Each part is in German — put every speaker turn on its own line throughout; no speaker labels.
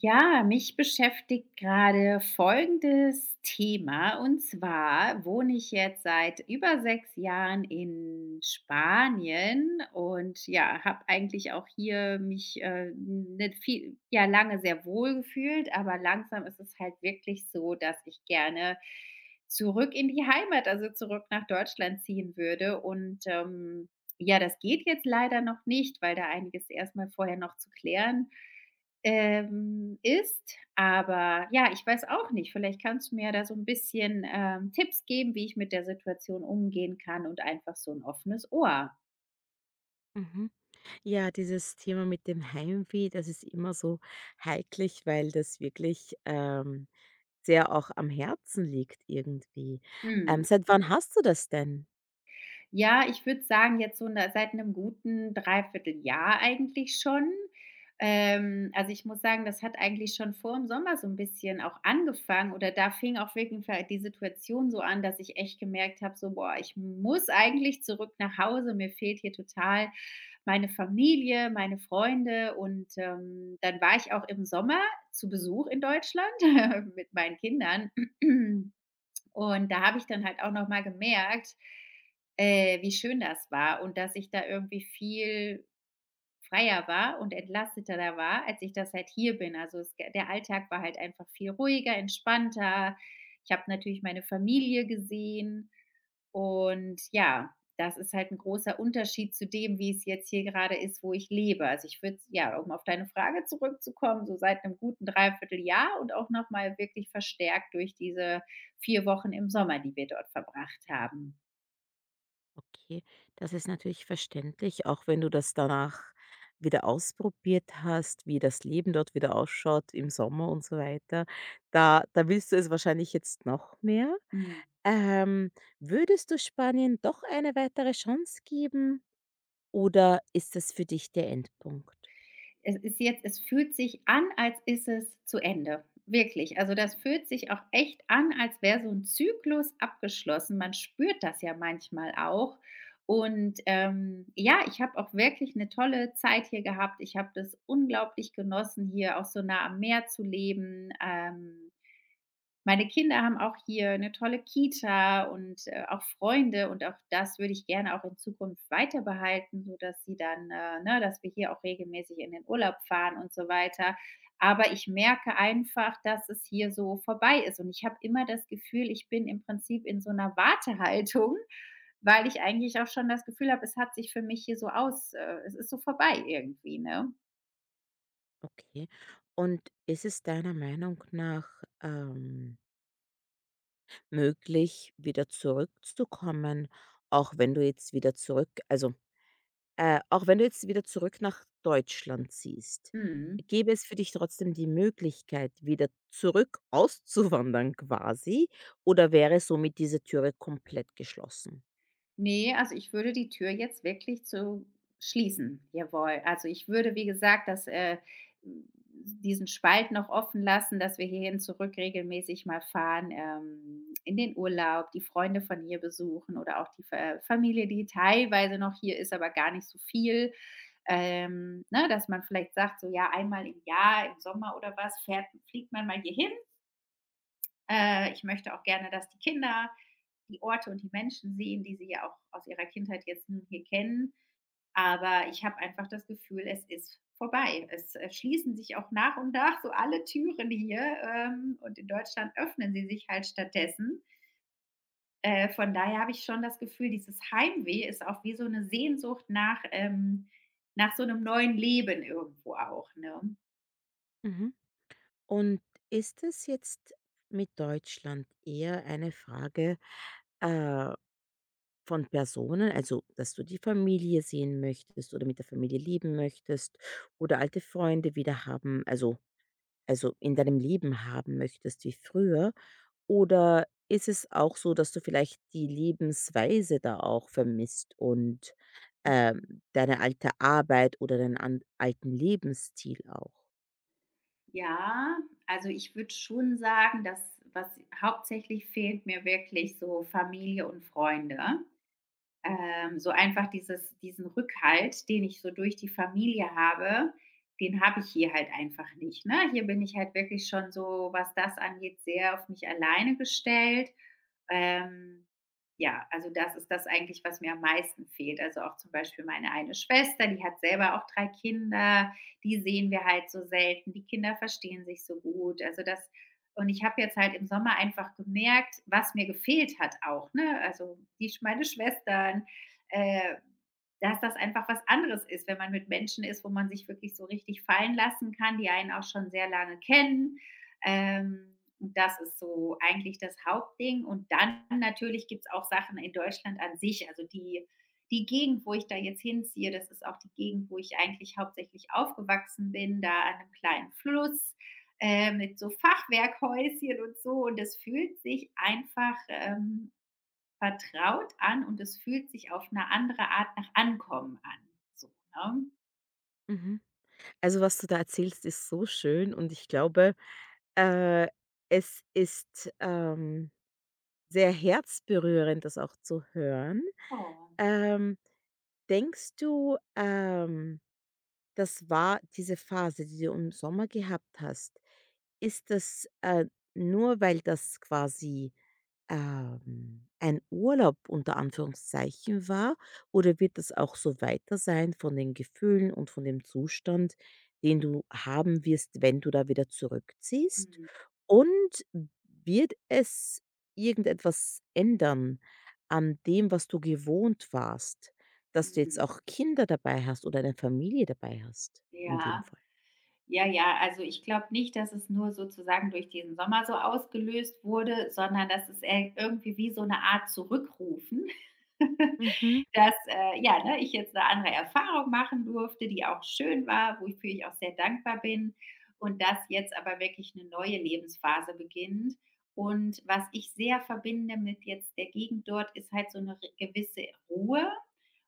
Ja, mich beschäftigt gerade folgendes Thema. Und zwar wohne ich jetzt seit über 6 Jahren in Spanien und ja, habe eigentlich auch hier mich, nicht viel ja, lange sehr wohl gefühlt, aber langsam ist es halt wirklich so, dass ich gerne zurück in die Heimat, also zurück nach Deutschland ziehen würde. Ja, das geht jetzt leider noch nicht, weil da einiges erst mal vorher noch zu klären ist. Aber ja, ich weiß auch nicht. Vielleicht kannst du mir da so ein bisschen, Tipps geben, wie ich mit der Situation umgehen kann und einfach so ein offenes Ohr.
Mhm. Ja, dieses Thema mit dem Heimweh, das ist immer so heiklig, weil das wirklich, sehr auch am Herzen liegt irgendwie.
Mhm.
Seit wann hast du das denn?
Ja, ich würde sagen, jetzt so 'ne seit einem guten Dreivierteljahr eigentlich schon. Also, ich muss sagen, das hat eigentlich schon vor dem Sommer so ein bisschen auch angefangen oder da fing auch wirklich die Situation so an, dass ich echt gemerkt habe, so: „Boah, ich muss eigentlich zurück nach Hause. Mir fehlt hier total meine Familie, meine Freunde.“ dann war ich auch im Sommer zu Besuch in Deutschland mit meinen Kindern. Und da habe ich dann halt auch noch mal gemerkt, wie schön das war und dass ich da irgendwie viel freier war und entlasteter da war, als ich das halt hier bin. Also, es der Alltag war halt einfach viel ruhiger, entspannter. Ich habe natürlich meine Familie gesehen und ja, das ist halt ein großer Unterschied zu dem, wie es jetzt hier gerade ist, wo ich lebe. Also, ich würde ja, um auf deine Frage zurückzukommen, so seit einem guten Dreivierteljahr und auch noch mal wirklich verstärkt durch diese 4 Wochen im Sommer, die wir dort verbracht haben.
Okay, das ist natürlich verständlich, auch wenn du das danach wieder ausprobiert hast, wie das Leben dort wieder ausschaut im Sommer und so weiter. Da willst du es wahrscheinlich jetzt noch mehr.
Mhm.
Ähm, Würdest du Spanien doch eine weitere Chance geben? Oder ist das für dich der Endpunkt?
Es ist jetzt es fühlt sich an, als ist es zu Ende, wirklich. Also, das fühlt sich auch echt an, als wäre so ein Zyklus abgeschlossen. Man spürt das ja manchmal auch. Ja, ich habe auch wirklich eine tolle Zeit hier gehabt. Ich habe das unglaublich genossen, hier auch so nah am Meer zu leben. Meine Kinder haben auch hier eine tolle Kita und, auch Freunde und auch das würde ich gerne auch in Zukunft weiter behalten, sodass sie dann, ne, dass wir hier auch regelmäßig in den Urlaub fahren und so weiter. Aber ich merke einfach, dass es hier so vorbei ist und ich habe immer das Gefühl, ich bin im Prinzip in so einer Wartehaltung, weil ich eigentlich auch schon das Gefühl habe, es hat sich für mich hier so aus es ist so vorbei irgendwie, ne?
Okay. Und ist es deiner Meinung nach, möglich, wieder zurückzukommen, auch wenn du jetzt wieder zurück auch wenn du jetzt wieder zurück nach Deutschland ziehst,
Mhm.
gäbe es für dich trotzdem die Möglichkeit, wieder zurück auszuwandern quasi oder wäre somit diese Türe komplett geschlossen?
Nee, also ich würde die Tür jetzt wirklich zu schließen. Jawohl. Also ich würde, wie gesagt, das, diesen Spalt noch offen lassen, dass wir hierhin zurück regelmäßig mal fahren, in den Urlaub, die Freunde von hier besuchen oder auch die Fa Familie, die teilweise noch hier ist, aber gar nicht so viel. Ne, dass man vielleicht sagt, so ja, einmal im Jahr, im Sommer oder was, fährt fliegt man mal hierhin ich möchte auch gerne, dass die Kinder die Orte und die Menschen sehen, die sie ja auch aus ihrer Kindheit jetzt nun hier kennen. Aber ich habe einfach das Gefühl, es ist vorbei. Es schließen sich auch nach und nach so alle Türen hier und in Deutschland öffnen sie sich halt stattdessen. Von daher habe ich schon das Gefühl, dieses Heimweh ist auch wie so eine Sehnsucht nach, nach so einem neuen Leben irgendwo auch. Ne?
Mhm. Und ist es jetzt mit Deutschland eher eine Frage, äh, von Personen, also dass du die Familie sehen möchtest oder mit der Familie leben möchtest oder alte Freunde wieder haben, also in deinem Leben haben möchtest wie früher? Oder ist es auch so, dass du vielleicht die Lebensweise da auch vermisst und, ähm, deine alte Arbeit oder deinen an alten Lebensstil auch?
Ja, also ich würde schon sagen, dass was hauptsächlich fehlt mir wirklich so Familie und Freunde. So einfach dieses diesen Rückhalt, den ich so durch die Familie habe, den habe ich hier halt einfach nicht, ne? Hier bin ich halt wirklich schon so, was das angeht, sehr auf mich alleine gestellt. Ähm, ja, also das ist das eigentlich, was mir am meisten fehlt. Also auch zum Beispiel meine eine Schwester, die hat selber auch 3 Kinder, die sehen wir halt so selten, die Kinder verstehen sich so gut. Also das und ich habe jetzt halt im Sommer einfach gemerkt, was mir gefehlt hat auch, ne? Also, die meine Schwestern, äh, dass das einfach was anderes ist, wenn man mit Menschen ist, wo man sich wirklich so richtig fallen lassen kann, die einen auch schon sehr lange kennen. Und das ist so eigentlich das Hauptding. Und dann natürlich gibt's auch Sachen in Deutschland an sich. Also, die Gegend, wo ich da jetzt hinziehe, das ist auch die Gegend, wo ich eigentlich hauptsächlich aufgewachsen bin, da an einem kleinen Fluss mit so Fachwerkhäuschen und so. Und das fühlt sich einfach vertraut an und es fühlt sich auf eine andere Art nach Ankommen an. So, ne?
Mhm. Also, was du da erzählst, ist so schön und ich glaube, äh, es ist, sehr herzberührend, das auch zu hören.
Oh.
Ähm, Denkst du, das war diese Phase, die du im Sommer gehabt hast, ist das, nur weil das quasi ein Urlaub unter Anführungszeichen war oder wird das auch so weiter sein von den Gefühlen und von dem Zustand, den du haben wirst, wenn du da wieder zurückziehst?
Mhm.
Und wird es irgendetwas ändern an dem, was du gewohnt warst, dass du jetzt
Mhm.
auch Kinder dabei hast oder eine Familie dabei hast in dem
Ja.
Fall?
Ja, ja, also ich glaube nicht, dass es nur sozusagen durch diesen Sommer so ausgelöst wurde, sondern dass es eher irgendwie wie so eine Art Zurückrufen.
Mhm.
Dass, ja, ne, ich jetzt eine andere Erfahrung machen durfte, die auch schön war, wofür ich auch sehr dankbar bin und dass jetzt aber wirklich eine neue Lebensphase beginnt. Und was ich sehr verbinde mit jetzt der Gegend dort, ist halt so eine re gewisse Ruhe.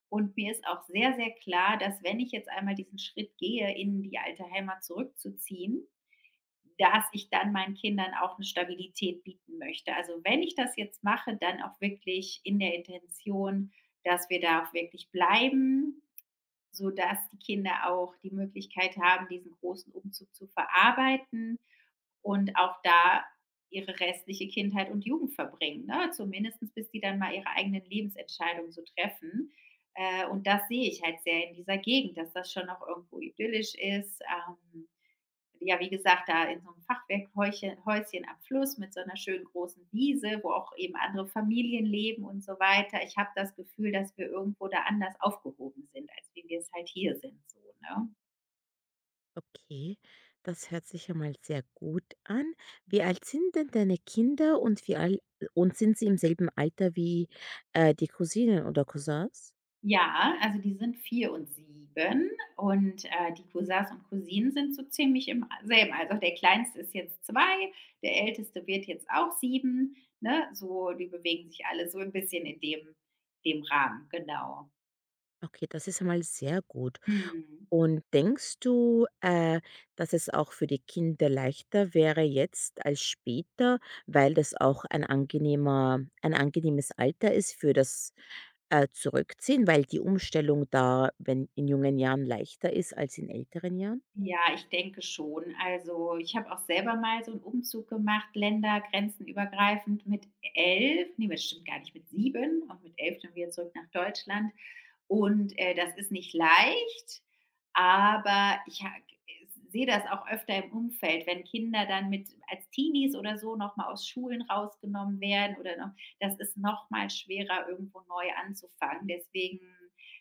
Und mir ist auch sehr, sehr klar, dass wenn ich jetzt einmal diesen Schritt gehe, in die alte Heimat zurückzuziehen, dass ich dann meinen Kindern auch eine Stabilität bieten möchte. Also, wenn ich das jetzt mache, dann auch wirklich in der Intention, dass wir da auch wirklich bleiben, sodass die Kinder auch die Möglichkeit haben, diesen großen Umzug zu verarbeiten und auch da ihre restliche Kindheit und Jugend verbringen, ne? Zumindestens bis die dann mal ihre eigenen Lebensentscheidungen so treffen. Und das sehe ich halt sehr in dieser Gegend, dass das schon noch irgendwo idyllisch ist, ja, wie gesagt, da in so einem Fachwerkhäuschen am Fluss mit so einer schönen großen Wiese, wo auch eben andere Familien leben und so weiter. Ich habe das Gefühl, dass wir irgendwo da anders aufgehoben sind, als wie wir es halt hier sind. So, ne?
Okay, das hört sich ja mal sehr gut an. Wie alt sind denn deine Kinder und wie alt und sind sie im selben Alter wie, die Cousinen oder Cousins?
Ja, also die sind 4 und 7 und die Cousins und Cousinen sind so ziemlich im selben. Also der Kleinste ist jetzt 2, der Älteste wird jetzt auch 7. Ne? So, die bewegen sich alle so ein bisschen in dem, dem Rahmen, genau.
Okay, das ist ja mal sehr gut.
Mm.
Und denkst du, dass es auch für die Kinder leichter wäre jetzt als später, weil das auch ein angenehmes Alter ist für das, Zurückziehen, weil die Umstellung da, wenn in jungen Jahren leichter ist als in älteren Jahren?
Ja, ich denke schon. Also, ich habe auch selber mal so einen Umzug gemacht, ländergrenzenübergreifend mit 11. Ne, das stimmt gar nicht, mit 7 und mit 11 dann wieder zurück nach Deutschland. Das ist nicht leicht, aber ich ha sehe das auch öfter im Umfeld, wenn Kinder dann mit als Teenies oder so noch mal aus Schulen rausgenommen werden oder noch das ist noch mal schwerer, irgendwo neu anzufangen. Deswegen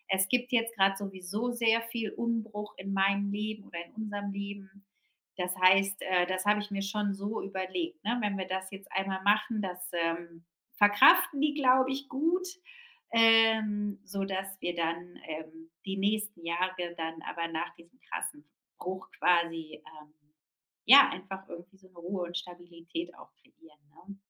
es gibt jetzt gerade sowieso sehr viel Umbruch in meinem Leben oder in unserem Leben. Das heißt, das habe ich mir schon so überlegt, ne? Wenn wir das jetzt einmal machen, das, verkraften die, glaube ich, gut, sodass wir dann, die nächsten Jahre dann aber nach diesem krassen Bruch quasi, ja, einfach irgendwie so eine Ruhe und Stabilität auch kreieren,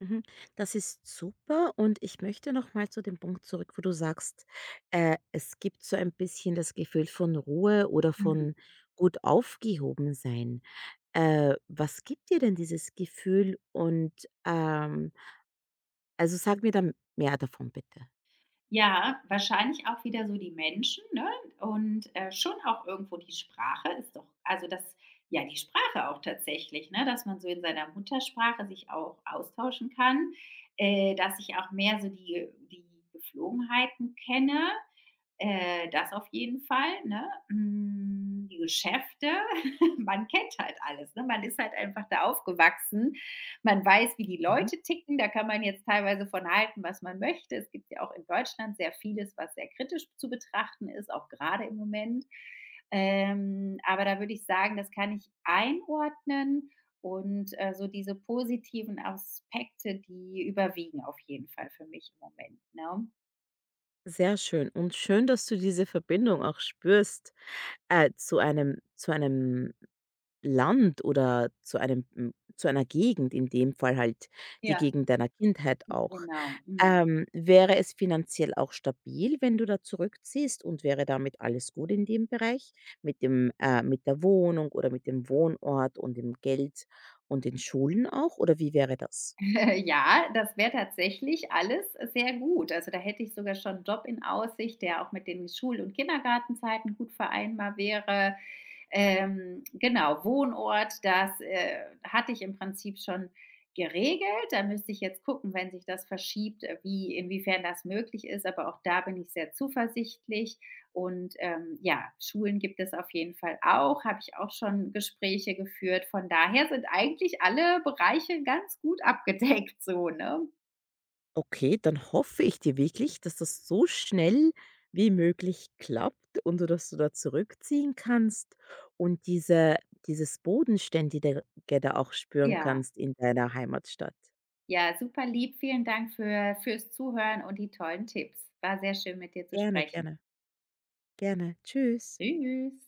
Mhm. Das ist super und ich möchte nochmal zu dem Punkt zurück, wo du sagst, es gibt so ein bisschen das Gefühl von Ruhe oder
ne?
von gut aufgehoben sein. Was gibt dir denn dieses Gefühl? Und also sag mir dann mehr davon bitte.
Ja, wahrscheinlich auch wieder so die Menschen, ne? Und, schon auch irgendwo die Sprache ist doch also das ja, die Sprache auch tatsächlich, ne, dass man so in seiner Muttersprache sich auch austauschen kann, dass ich auch mehr so die Geflogenheiten kenne. Das auf jeden Fall, ne? Hm, die Geschäfte, man kennt halt alles, ne? Man ist halt einfach da aufgewachsen. Man weiß, wie die Leute ticken, da kann man jetzt teilweise von halten, was man möchte. Es gibt ja auch in Deutschland sehr vieles, was sehr kritisch zu betrachten ist, auch gerade im Moment. Aber da würde ich sagen, das kann ich einordnen und, so diese positiven Aspekte, die überwiegen auf jeden Fall für mich im Moment, ne?
Sehr schön und schön, dass du diese Verbindung auch spürst, zu einem Land oder zu einem hm, zu einer Gegend, in dem Fall halt die
Ja.
Gegend deiner Kindheit auch.
Genau, mhm.
Wäre es finanziell auch stabil, wenn du da zurückziehst und wäre damit alles gut in dem Bereich mit dem mit der Wohnung oder mit dem Wohnort und dem Geld und den Schulen auch oder wie wäre das?
Ja, das wäre tatsächlich alles sehr gut. Also, da hätte ich sogar schon 'n Job in Aussicht, der auch mit den Schul und Kindergartenzeiten gut vereinbar wäre. Genau, Wohnort, das hatte ich im Prinzip schon geregelt. Da müsste ich jetzt gucken, wenn sich das verschiebt, wie, inwiefern das möglich ist. Aber auch da bin ich sehr zuversichtlich. Und ja, Schulen gibt es auf jeden Fall auch, habe ich auch schon Gespräche geführt. Von daher sind eigentlich alle Bereiche ganz gut abgedeckt, so, ne?
Okay, dann hoffe ich dir wirklich, dass das so schnell wie möglich klappt und du, dass du da zurückziehen kannst und dieses Bodenständige da auch spüren
Ja,
kannst in deiner Heimatstadt.
ja, super lieb. Vielen Dank für, fürs Zuhören und die tollen Tipps. War sehr schön, mit dir zu
Gerne,
sprechen.
gerne, gerne. Tschüss.
Tschüss.